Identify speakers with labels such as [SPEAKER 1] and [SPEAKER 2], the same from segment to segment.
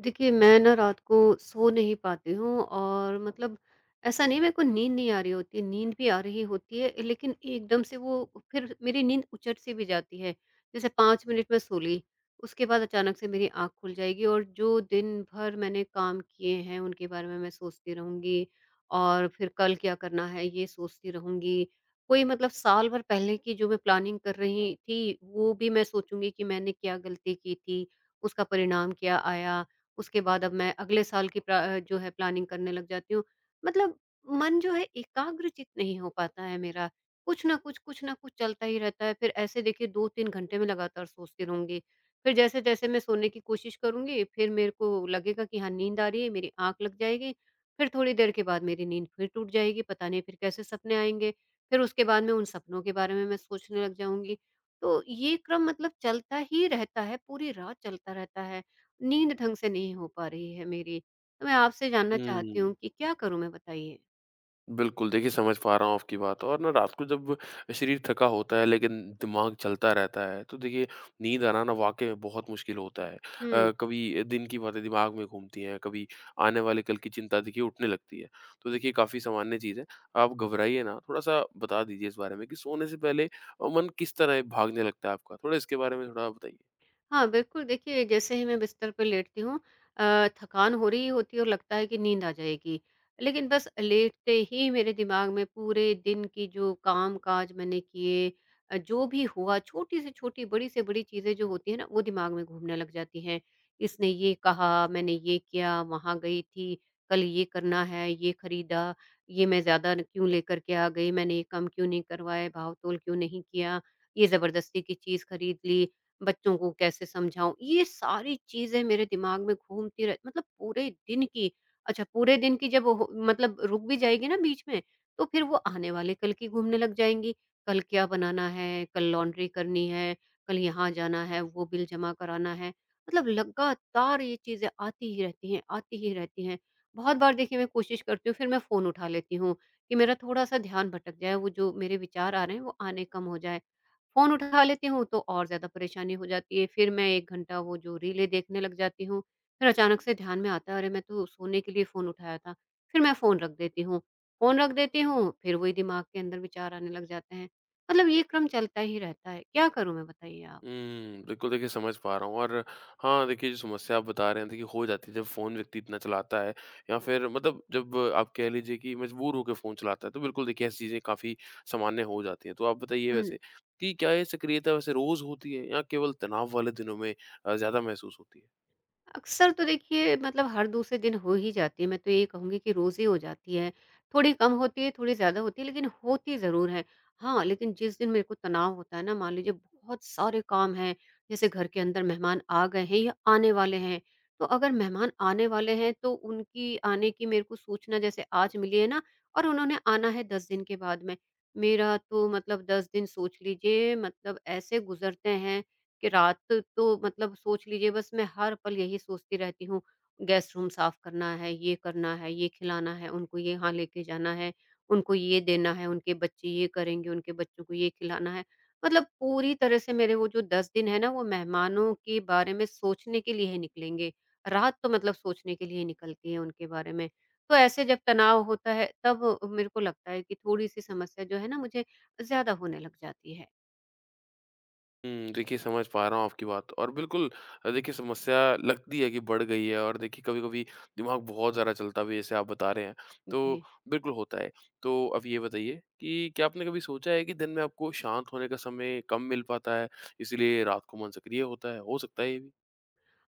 [SPEAKER 1] देखिए, मैं ना रात को सो नहीं पाती हूँ और ऐसा नहीं मेरे को नींद नहीं आ रही होती है, नींद भी आ रही होती है लेकिन एकदम से वो फिर मेरी नींद उचट सी भी जाती है। जैसे 5 मिनट में सो ली, उसके बाद अचानक से मेरी आँख खुल जाएगी और जो दिन भर मैंने काम किए हैं उनके बारे में मैं सोचती रहूँगी और फिर कल क्या करना है ये सोचती रहूँगी। कोई साल भर पहले की जो मैं प्लानिंग कर रही थी, वो भी मैं सोचूँगी कि मैंने क्या गलती की थी, उसका परिणाम क्या आया? उसके बाद अब मैं अगले साल की प्रा जो है प्लानिंग करने लग जाती हूँ। मतलब मन जो है एकाग्रचित नहीं हो पाता है मेरा। कुछ न कुछ चलता ही रहता है। फिर ऐसे देखिए 2-3 घंटे मैं लगातार सोचती रहूँगी। फिर जैसे-जैसे मैं सोने की कोशिश करूँगी, फिर मेरे को लगेगा कि हाँ, नींद आ रही है, मेरी आँख लग जाएगी। फिर थोड़ी देर के बाद मेरी नींद फिर टूट जाएगी, पता नहीं फिर कैसे सपने आएँगे। फिर उसके बाद में उन सपनों के बारे में मैं सोचने लग जाऊँगी। तो ये क्रम चलता ही रहता है, पूरी रात चलता रहता है। नींद ढंग से नहीं हो पा रही है मेरी। तो मैं आपसे जानना चाहती
[SPEAKER 2] हुँ।
[SPEAKER 1] हूँ कि क्या करूँ मैं बताइए?
[SPEAKER 2] बिल्कुल, देखिए समझ पा रहा हूँ आपकी बात। और ना रात को जब शरीर थका होता है लेकिन दिमाग चलता रहता है, तो देखिए नींद आना ना वाक़ई में बहुत मुश्किल होता है।
[SPEAKER 1] हुँ।
[SPEAKER 2] कभी दिन की बातें दिमाग में घूमती हैं, कभी आने वाले कल की चिंता देखिए उठने लगती है। तो देखिए काफ़ी सामान्य चीज़ है, आप घबराइए ना, थोड़ा-सा बता दीजिए इस बारे में कि सोने से पहले मन किस तरह भागने लगता है आपका? थोड़ा इसके बारे में थोड़ा बताइए।
[SPEAKER 1] हाँ, बिल्कुल, देखिए जैसे ही मैं बिस्तर पर लेटती हूँ थकान हो रही होती है और लगता है कि नींद आ जाएगी। लेकिन बस लेटते ही मेरे दिमाग में पूरे दिन की जो काम-काज मैंने किए, जो भी हुआ छोटी से छोटी, बड़ी से बड़ी चीज़ें जो होती हैं ना, वो दिमाग में घूमने लग जाती हैं। इसने ये कहा, मैंने ये किया, वहाँ गई थी, कल ये करना है, ये खरीदा, ये मैं ज़्यादा न क्यों लेकर के आ गई, मैंने ये कम क्यों नहीं करवाए, भाव-तोल क्यों नहीं किया, ये ज़बरदस्ती की चीज़ खरीद ली। बच्चों को कैसे समझाऊँ? ये सारी चीज़ें मेरे दिमाग में घूमती रह मतलब पूरे दिन की, अच्छा पूरे दिन की जब हो रुक भी जाएगी ना बीच में, तो फिर वो आने वाले कल की घूमने लग जाएँगी। कल क्या बनाना है, कल लॉन्ड्री करनी है, कल यहाँ जाना है, वो बिल जमा कराना है। लगातार ये चीज़ें आती ही रहती हैं, आती ही रहती हैं। बहुत बार देखिए मैं कोशिश करती हूँ, फिर मैं फ़ोन उठा लेती हूँ कि मेरा थोड़ा-सा ध्यान भटक जाए, वो जो मेरे विचार आ रहे हैं वो आने कम हो जाए। फ़ोन उठा लेती हूँ तो और ज़्यादा परेशानी हो जाती है। फिर मैं 1 घंटा वो जो रीलें देखने लग जाती हूँ। फिर अचानक से ध्यान में आता है अरे मैं तो सोने के लिए फ़ोन उठाया था। फिर मैं फ़ोन रख देती हूँ। फ़ोन रख देती हूँ फिर वही दिमाग के अंदर विचार आने लग जाते हैं। ये क्रम चलता ही रहता है। क्या करूँ मैं बताइए आप?
[SPEAKER 2] हुँ, बिल्कुल देखिए समझ पा रहा हूँ। और हाँ, देखिए जो समस्या आप बता रहे हैं देखिए हो जाती है जब फ़ोन व्यक्ति इतना चलाता है या फिर मतलब जब आप कह लीजिए कि मजबूर होके फ़ोन चलाता है, तो बिल्कुल देखिए ऐसी चीज़ें काफ़ी सामान्य हो जाती हैं। तो आप बताइए
[SPEAKER 1] हुँ।
[SPEAKER 2] वैसे कि क्या ये सक्रियता वैसे रोज़ होती है या केवल तनाव वाले दिनों में ज़्यादा महसूस होती है?
[SPEAKER 1] अक्सर तो देखिए हर दूसरे दिन हो ही जाती है, मैं तो ये कहूँगी कि रोज़ ही हो जाती है। थोड़ी कम होती है, थोड़ी ज़्यादा होती है, लेकिन होती ज़रूर है। हाँ, लेकिन जिस दिन मेरे को तनाव होता है ना, मान लीजिए बहुत सारे काम हैं, जैसे घर के अंदर मेहमान आ गए हैं या आने वाले हैं, तो अगर मेहमान आने वाले हैं, तो उनकी आने की मेरे को सूचना जैसे आज मिली है ना और उन्होंने आना है 10 दिन के बाद में। मेरा तो 10 दिन सोच लीजिए ऐसे गुज़रते हैं कि रात तो सोच लीजिए बस मैं हर पल यही सोचती रहती हूँ, गेस्ट रूम साफ करना है, ये खिलाना है, उनको ये यहाँ लेके जाना है, उनको ये देना है, उनके बच्चे ये करेंगे, उनके बच्चों को ये खिलाना है। पूरी तरह से मेरे वो जो 10 दिन है ना, वो मेहमानों के बारे में सोचने के लिए ही निकलेंगे। रात तो सोचने के लिए ही निकलती है उनके बारे में। तो ऐसे जब तनाव होता है, तब मेरे को लगता है कि थोड़ी-सी समस्या जो है ना मुझे ज़्यादा होने लग जाती है।
[SPEAKER 2] हुँ, देखिए समझ पा रहा हूँ आपकी बात। और बिल्कुल देखिए समस्या लगती है कि बढ़ गई है और देखिए कभी-कभी दिमाग बहुत ज़्यादा चलता भी है जैसे आप बता रहे हैं, तो
[SPEAKER 1] जी।
[SPEAKER 2] बिल्कुल होता है। तो अब ये बताइए कि क्या आपने कभी सोचा है कि दिन में आपको शांत होने का समय कम मिल पाता है, इसीलिए रात को मन सक्रिय होता है? हो सकता है ये भी।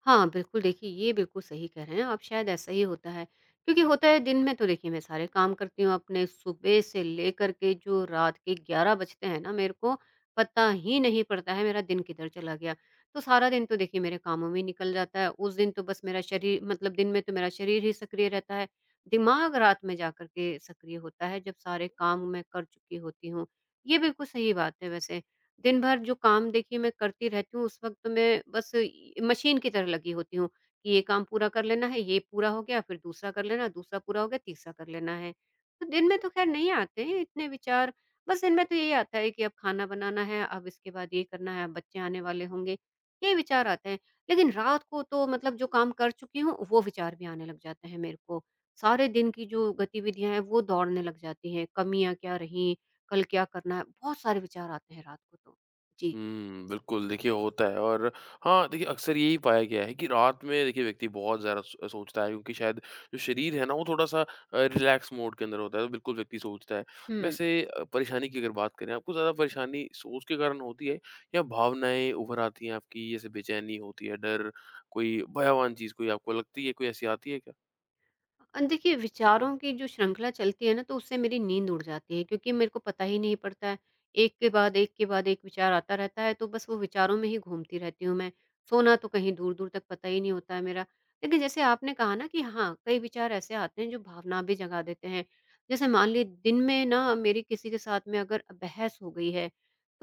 [SPEAKER 1] हाँ, बिल्कुल देखिए ये बिल्कुल सही कह रहे हैं आप, शायद ऐसा ही होता है। क्योंकि होता है दिन में तो देखिए मैं सारे काम करती हूँ अपने, सुबह से लेकर के जो रात के 11 बजते हैं ना मेरे को पता ही नहीं पड़ता है मेरा दिन किधर चला गया। तो सारा दिन तो देखिए मेरे कामों में ही निकल जाता है, उस दिन तो बस मेरा शरीर दिन में तो मेरा शरीर ही सक्रिय रहता है, दिमाग रात में जाकर के सक्रिय होता है जब सारे काम मैं कर चुकी होती हूँ। ये बिल्कुल सही बात है वैसे। दिन भर जो काम देखिए मैं करती रहती हूँ, उस वक़्त तो मैं बस इ मशीन की तरह लगी होती हूँ कि ये काम पूरा कर लेना है, ये पूरा हो गया, फिर दूसरा कर लेना, दूसरा पूरा हो गया, तीसरा कर लेना है। तो दिन में तो ख़ैर नहीं आते हैं इतने विचार, बस दिन में तो यही आता है कि अब खाना बनाना है, अब इसके बाद ये करना है, अब बच्चे आने वाले होंगे, ये विचार आते हैं। लेकिन रात को तो जो काम कर चुकी हूँ, वो विचार भी आने लग जाते हैं मेरे को। सारे दिन की जो गतिविधियाँ हैं, वो दौड़ने लग जाती हैं, कमियाँ क्या रहीं, कल क्या करना है? बहुत सारे विचार आते हैं रात को तो। जी।
[SPEAKER 2] हुँ, बिल्कुल देखिए होता है। और हाँ, देखिए अक्सर यही पाया गया है कि रात में देखिए व्यक्ति बहुत ज़्यादा सोचता है क्योंकि शायद जो शरीर है ना वो थोड़ा-सा रिलैक्स मोड के अंदर होता है, तो बिल्कुल व्यक्ति सोचता है।
[SPEAKER 1] हुँ।
[SPEAKER 2] वैसे परेशानी की अगर बात करें, आपको ज़्यादा परेशानी सोच के कारण होती है या भावनाएँ उभर आती हैं आपकी, जैसे बेचैनी होती है, डर, कोई भयावह चीज़ कोई आपको लगती है, कोई ऐसी आती है क्या?
[SPEAKER 1] देखिए विचारों की जो श्रृंखला चलती है ना तो उससे मेरी नींद उड़ जाती है क्योंकि मेरे को पता ही नहीं पड़ता है एक के बाद एक के बाद एक विचार आता रहता है तो बस वो विचारों में ही घूमती रहती हूँ मैं, सोना तो कहीं दूर दूर तक पता ही नहीं होता है मेरा। लेकिन जैसे आपने कहा ना कि हाँ कई विचार ऐसे आते हैं जो भावना भी जगा देते हैं, जैसे मान ली दिन में ना मेरी किसी के साथ में अगर बहस हो गई है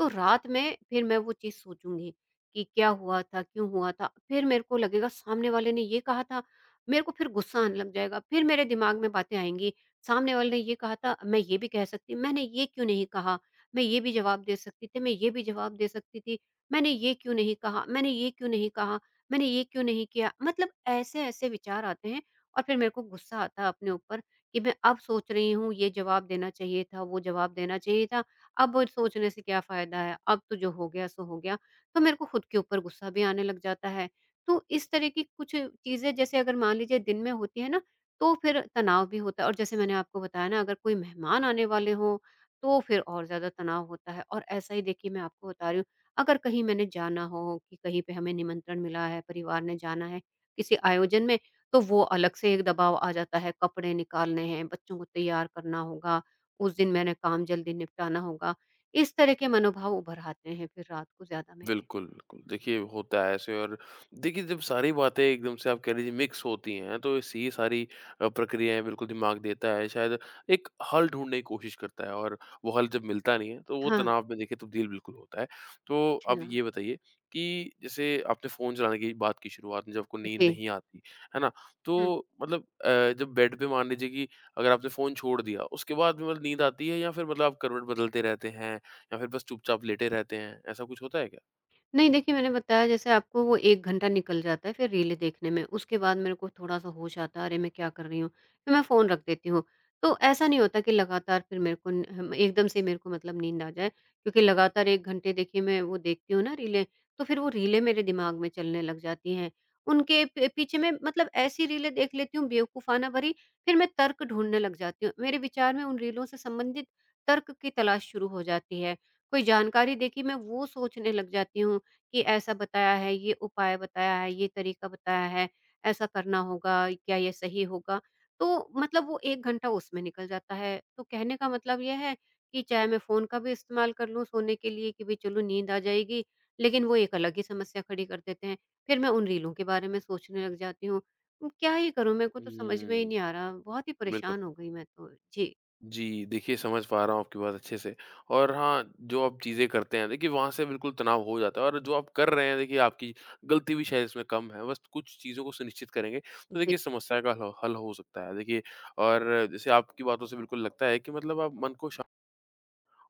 [SPEAKER 1] तो रात में फिर मैं वो चीज़ सोचूंगी कि क्या हुआ था क्यों हुआ था, फिर मेरे को लगेगा सामने वाले ने ये कहा था, मेरे को फिर गुस्सा आने लग जाएगा, फिर मेरे दिमाग में बातें आएँगी, सामने वाले ने ये कहा था, मैं ये भी कह सकती, मैंने ये क्यों नहीं कहा? मैं ये भी जवाब दे सकती थी, मैं ये भी जवाब दे सकती थी, मैंने ये क्यों नहीं कहा? मैंने ये क्यों नहीं कहा? मैंने ये क्यों नहीं किया? ऐसे-ऐसे विचार आते हैं और फिर मेरे को गुस्सा आता है अपने ऊपर कि मैं अब सोच रही हूँ, ये जवाब देना चाहिए था, वो जवाब देना चाहिए था, अब वो सोचने से क्या फ़ायदा है? अब तो जो हो गया सो हो गया। तो मेरे को खुद के ऊपर गुस्सा भी आने लग जाता है, तो इस तरह की कुछ चीज़ें जैसे अगर मान लीजिए दिन में होती है ना, तो फिर तनाव भी होता है और जैसे मैंने आपको बताया ना अगर कोई मेहमान आने वाले हों, तो फिर और ज़्यादा तनाव होता है और ऐसा ही देखिए मैं आपको बता रही हूँ, अगर कहीं मैंने जाना हो कि कहीं पे हमें निमंत्रण मिला है, परिवार ने जाना है किसी आयोजन में, तो वो अलग से एक दबाव आ जाता है, कपड़े निकालने हैं, बच्चों को तैयार करना होगा, उस दिन मैंने काम जल्दी निपटाना होगा। इस तरह के मनोभाव उभर आते हैं फिर रात को ज़्यादा मेरे।
[SPEAKER 2] बिल्कुल, बिल्कुल। देखिए, होता है ऐसे। और देखिए, जब सारी बातें एकदम से आप कह लीजिए मिक्स होती हैं, तो इस ये सारी प्रक्रियाएँ बिल्कुल दिमाग देता है। शायद एक हल ढूँढने की कोशिश करता है और वो हल जब मिलता नहीं है, तो वो
[SPEAKER 1] हाँ,
[SPEAKER 2] तनाव में देखिए तब्दील बिल्कुल होता है। तो अब
[SPEAKER 1] अच्छा।
[SPEAKER 2] ये बताइए कि जैसे आपने फ़ोन चलाने की बात की शुरुआत में, जब आपको नींद
[SPEAKER 1] जी।
[SPEAKER 2] नहीं आती, है ना?
[SPEAKER 1] हुँ।
[SPEAKER 2] तो मतलब जब बेड पे मान लीजिए कि अगर आपने फ़ोन छोड़ दिया, उसके बाद भी मतलब नींद आती है या फिर मतलब आप करवट बदलते रहते हैं या फिर बस चुपचाप लेटे रहते हैं? ऐसा कुछ होता है क्या?
[SPEAKER 1] नहीं देखिए, मैंने बताया जैसे आपको वो 1 घंटा निकल जाता है फिर रीलें देखने में, उसके बाद मेरे को थोड़ा-सा होश आता है, अरे! मैं क्या कर रही हूँ? फिर मैं फ़ोन रख देती हूँ। तो ऐसा नहीं होता कि लगातार फिर मेरे को न हम एकदम से मेरे को मतलब नींद आ जाए क्योंकि लगातार 1 घंटे देखिए मैं वो देखती हूँ ना रीलें, तो फिर वो रीलें मेरे दिमाग में चलने लग जाती हैं। उनके प पीछे मैं ऐसी रीलें देख लेती हूँ बेवकूफ़ाना भरी, फिर मैं तर्क ढूँढने लग जाती हूँ। मेरे विचार में उन रीलों से संबंधित तर्क की तलाश शुरू हो जाती है। कोई जानकारी देखी मैं वो सोचने लग जाती हूँ कि ऐसा बताया है, ये उपाय बताया है, ये तरीका बताया है, ऐसा करना होगा, क्या ये सही होगा? तो वो 1 घंटा उसमें निकल जाता है। तो कहने का मतलब ये है कि चाहे मैं फ़ोन का भी इस्तेमाल कर लूँ सोने के लिए कि भई चलो नींद आ जाएगी, लेकिन वो एक अलग ही समस्या खड़ी कर देते हैं। फिर मैं उन रीलों के बारे में सोचने लग जाती हूँ। क्या ही करूँ? मेरे को तो समझ में ही
[SPEAKER 2] हुँ,
[SPEAKER 1] नहीं आ रहा। बहुत ही
[SPEAKER 2] बिल्कुल।
[SPEAKER 1] परेशान हो गई मैं तो। जी,
[SPEAKER 2] जी, देखिए समझ पा रहा हूँ आपकी बात अच्छे से। और हाँ, जो आप चीज़ें करते हैं देखिए वहाँ से बिल्कुल तनाव हो जाता है और जो आप कर रहे हैं देखिए आपकी गलती भी शायद इसमें कम है, बस कुछ चीज़ों को सुनिश्चित करेंगे तो
[SPEAKER 1] जी।
[SPEAKER 2] देखिए समस्या का हल हल हो सकता है। देखिए और जैसे आपकी बातों से बिल्कुल लगता है कि मतलब आप मन को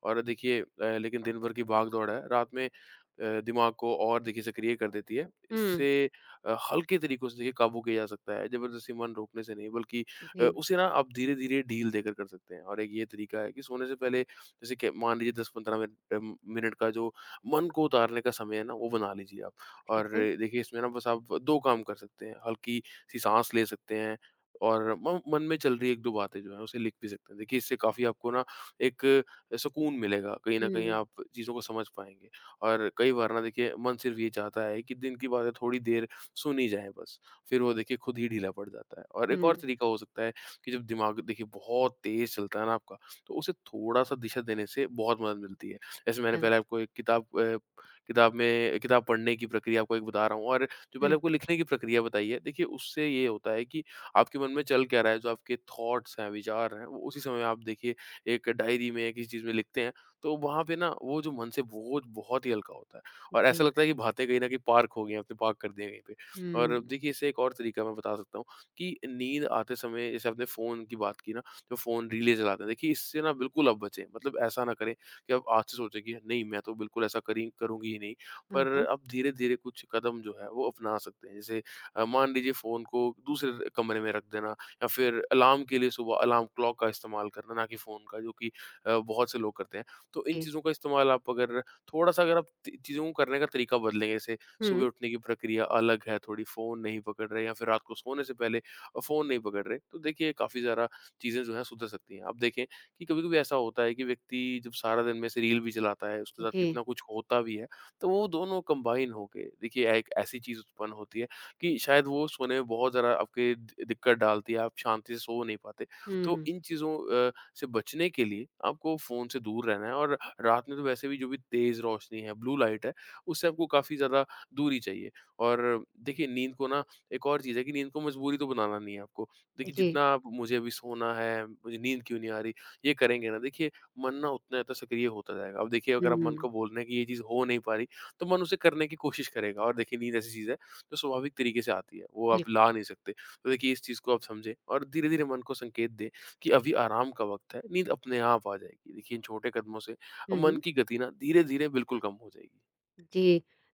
[SPEAKER 2] और देखिए लेकिन दिन भर की भाग-दौड़ है, रात में दिमाग को और देखिए सक्रिय कर देती है।
[SPEAKER 1] हुँ,
[SPEAKER 2] इससे हल्के तरीकों से देखिए काबू किया जा सकता है, ज़बरदस्ती मन रोकने से नहीं बल्कि
[SPEAKER 1] जी,
[SPEAKER 2] उसे ना आप धीरे-धीरे ढील देकर कर सकते हैं। और एक ये तरीका है कि सोने से पहले जैसे कि मान लीजिए 10-15 मिनट का जो मन को उतारने का समय है ना, वो बना लीजिए आप।
[SPEAKER 1] ठीक
[SPEAKER 2] और
[SPEAKER 1] है।
[SPEAKER 2] देखिए इसमें ना बस आप 2 काम कर सकते हैं, हल्की-सी साँस ले सकते हैं और म मन में चल रही 1-2 बातें जो हैं उसे लिख भी सकते हैं। देखिए इससे काफ़ी आपको ना एक सुकून मिलेगा। कहीं न कहीं
[SPEAKER 1] हुँ,
[SPEAKER 2] आप चीज़ों को समझ पाएँगे और कई बार ना देखिए मन सिर्फ़ ये चाहता है कि दिन की बातें थोड़ी देर सुनी जाए बस, फिर वो देखिए खुद ही ढीला पड़ जाता है। और एक और
[SPEAKER 1] हुँ,
[SPEAKER 2] तरीका हो सकता है कि जब दिमाग देखिए बहुत तेज़ चलता है ना आपका, तो उसे थोड़ा-सा दिशा देने से बहुत मदद मिलती है। जैसे मैंने
[SPEAKER 1] अच्छा।
[SPEAKER 2] पहले आपको एक किताब अ, किताब में किताब पढ़ने की प्रक्रिया आपको एक बता रहा हूँ और जो पहले
[SPEAKER 1] हुँ,
[SPEAKER 2] आपको लिखने की प्रक्रिया बताई है, देखिए उससे ये होता है कि आपके मन में चल क्या रहा है, जो आपके थॉट्स हैं, विचार हैं, वो उसी समय आप देखिए एक डायरी में या किसी चीज़ में लिखते हैं, तो वहाँ पे ना वो जो मन से बोझ बहुत ही हल्का होता है और ऐसा
[SPEAKER 1] जी।
[SPEAKER 2] लगता है कि बातें कहीं न कहीं पार्क हो गई हैं, आपने पार्क कर दिया है कहीं पे। और
[SPEAKER 1] हुँ।
[SPEAKER 2] देखिए इससे एक और तरीका मैं बता सकता हूँ कि नींद आते समय जैसे आपने फ़ोन की बात की ना, जो फ़ोन रीलें चलाते हैं, देखिए इससे ना बिल्कुल आप बचें। मतलब ऐसा ना करें कि आप आज से सोचें कि नहीं मैं तो बिल्कुल ऐसा करी करूँगी ही नहीं,
[SPEAKER 1] हाँ,
[SPEAKER 2] पर
[SPEAKER 1] हाँ।
[SPEAKER 2] आप धीरे-धीरे कुछ कदम जो है वो अपना सकते हैं। जैसे मान लीजिए फ़ोन को दूसरे कमरे में रख देना या फिर अलार्म के लिए सुबह अलार्म क्लॉक का इस्तेमाल करना, ना कि फ़ोन का, जो कि बहुत से लोग करते हैं। तो इन
[SPEAKER 1] जी।
[SPEAKER 2] चीज़ों का इस्तेमाल आप अगर थोड़ा-सा अगर आप ती चीज़ों को करने का तरीका बदलेंगे, जैसे सुबह
[SPEAKER 1] हुँ।
[SPEAKER 2] उठने की प्रक्रिया अलग है, थोड़ी फ़ोन नहीं पकड़ रहे या फिर रात को सोने से पहले फ़ोन नहीं पकड़ रहे, तो देखिए काफ़ी ज़्यादा चीज़ें जो हैं सुधर सकती हैं। आप देखें कि कभी-कभी ऐसा होता है कि व्यक्ति जब सारा दिन में से रील भी चलाता है, उसके साथ
[SPEAKER 1] जी।
[SPEAKER 2] कितना कुछ होता भी है, तो वो दोनों कंबाइन होके देखिए एक ऐसी चीज़ उत्पन्न होती है कि शायद वो सोने में बहुत ज़्यादा आपके दि दिक्कत डालती है, आप शांति से सो नहीं पाते। तो
[SPEAKER 1] हुँ।
[SPEAKER 2] इन चीज़ों से बचने के लिए आपको फ़ोन से दूर रहना है और रात में तो वैसे भी जो भी तेज़ रोशनी है, ब्लू लाइट है, उससे आपको काफ़ी ज़्यादा दूरी चाहिए। और देखिए नींद को ना एक और चीज़ है कि नींद को मजबूरी तो बनाना नहीं है आपको। देखिए
[SPEAKER 1] जी।
[SPEAKER 2] जितना आप मुझे अभी सोना है, मुझे नींद क्यों नहीं आ रही, ये करेंगे ना देखिए मन ना उतना ज़्यादा सक्रिय होता जाएगा। अब देखिए
[SPEAKER 1] हुँ,
[SPEAKER 2] अगर आप मन को
[SPEAKER 1] हुँ।
[SPEAKER 2] बोल रहे हैं कि ये चीज़ हो नहीं पा रही, तो मन उसे करने की कोशिश करेगा और देखिए नींद ऐसी चीज़ है जो स्वाभाविक तरीके से आती है, वो आप
[SPEAKER 1] बिल्कुल।
[SPEAKER 2] ला नहीं सकते। तो देखिए इस चीज़ को आप समझें और धीरे-धीरे मन को संकेत दें कि अभी आराम का वक़्त है, नींद अपने आप आ जाएगी। देखिए इन छोटे कदमों से
[SPEAKER 1] हुँ,
[SPEAKER 2] मन
[SPEAKER 1] हुँ।
[SPEAKER 2] की गति ना धीरे-धीरे बिल्कुल कम हो जाएगी।
[SPEAKER 1] जी।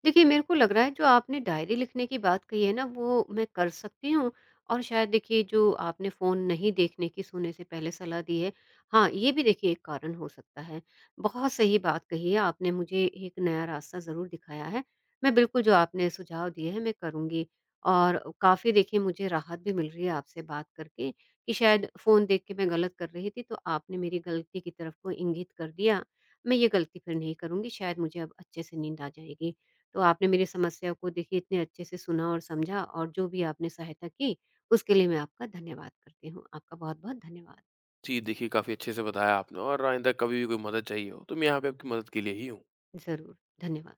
[SPEAKER 1] देखिए, मेरे को लग रहा है जो आपने डायरी लिखने की बात कही है ना, वो मैं कर सकती हूँ और शायद देखिए जो आपने फ़ोन नहीं देखने की सोने से पहले सलाह दी है, हाँ, ये भी देखिए एक कारण हो सकता है। बहुत सही बात कही है आपने, मुझे एक नया रास्ता ज़रूर दिखाया है। मैं बिल्कुल जो आपने सुझाव दिए हैं मैं करूँगी और काफ़ी देखिए मुझे राहत भी मिल रही है आपसे बात करके कि शायद फ़ोन देख के मैं गलत कर रही थी, तो आपने मेरी गलती की तरफ को इंगित कर दिया। मैं ये गलती फिर नहीं करूँगी, शायद मुझे अब अच्छे से नींद आ जाएगी। तो आपने मेरी समस्या को देखिए इतने अच्छे से सुना और समझा और जो भी आपने सहायता की, उसके लिए मैं आपका धन्यवाद करती हूँ। आपका बहुत-बहुत धन्यवाद।
[SPEAKER 2] जी, देखिए काफ़ी अच्छे से बताया आपने और आइंदा कभी भी कोई मदद चाहिए हो तो मैं यहाँ पे आपकी मदद के लिए ही हूँ।
[SPEAKER 1] ज़रूर, धन्यवाद।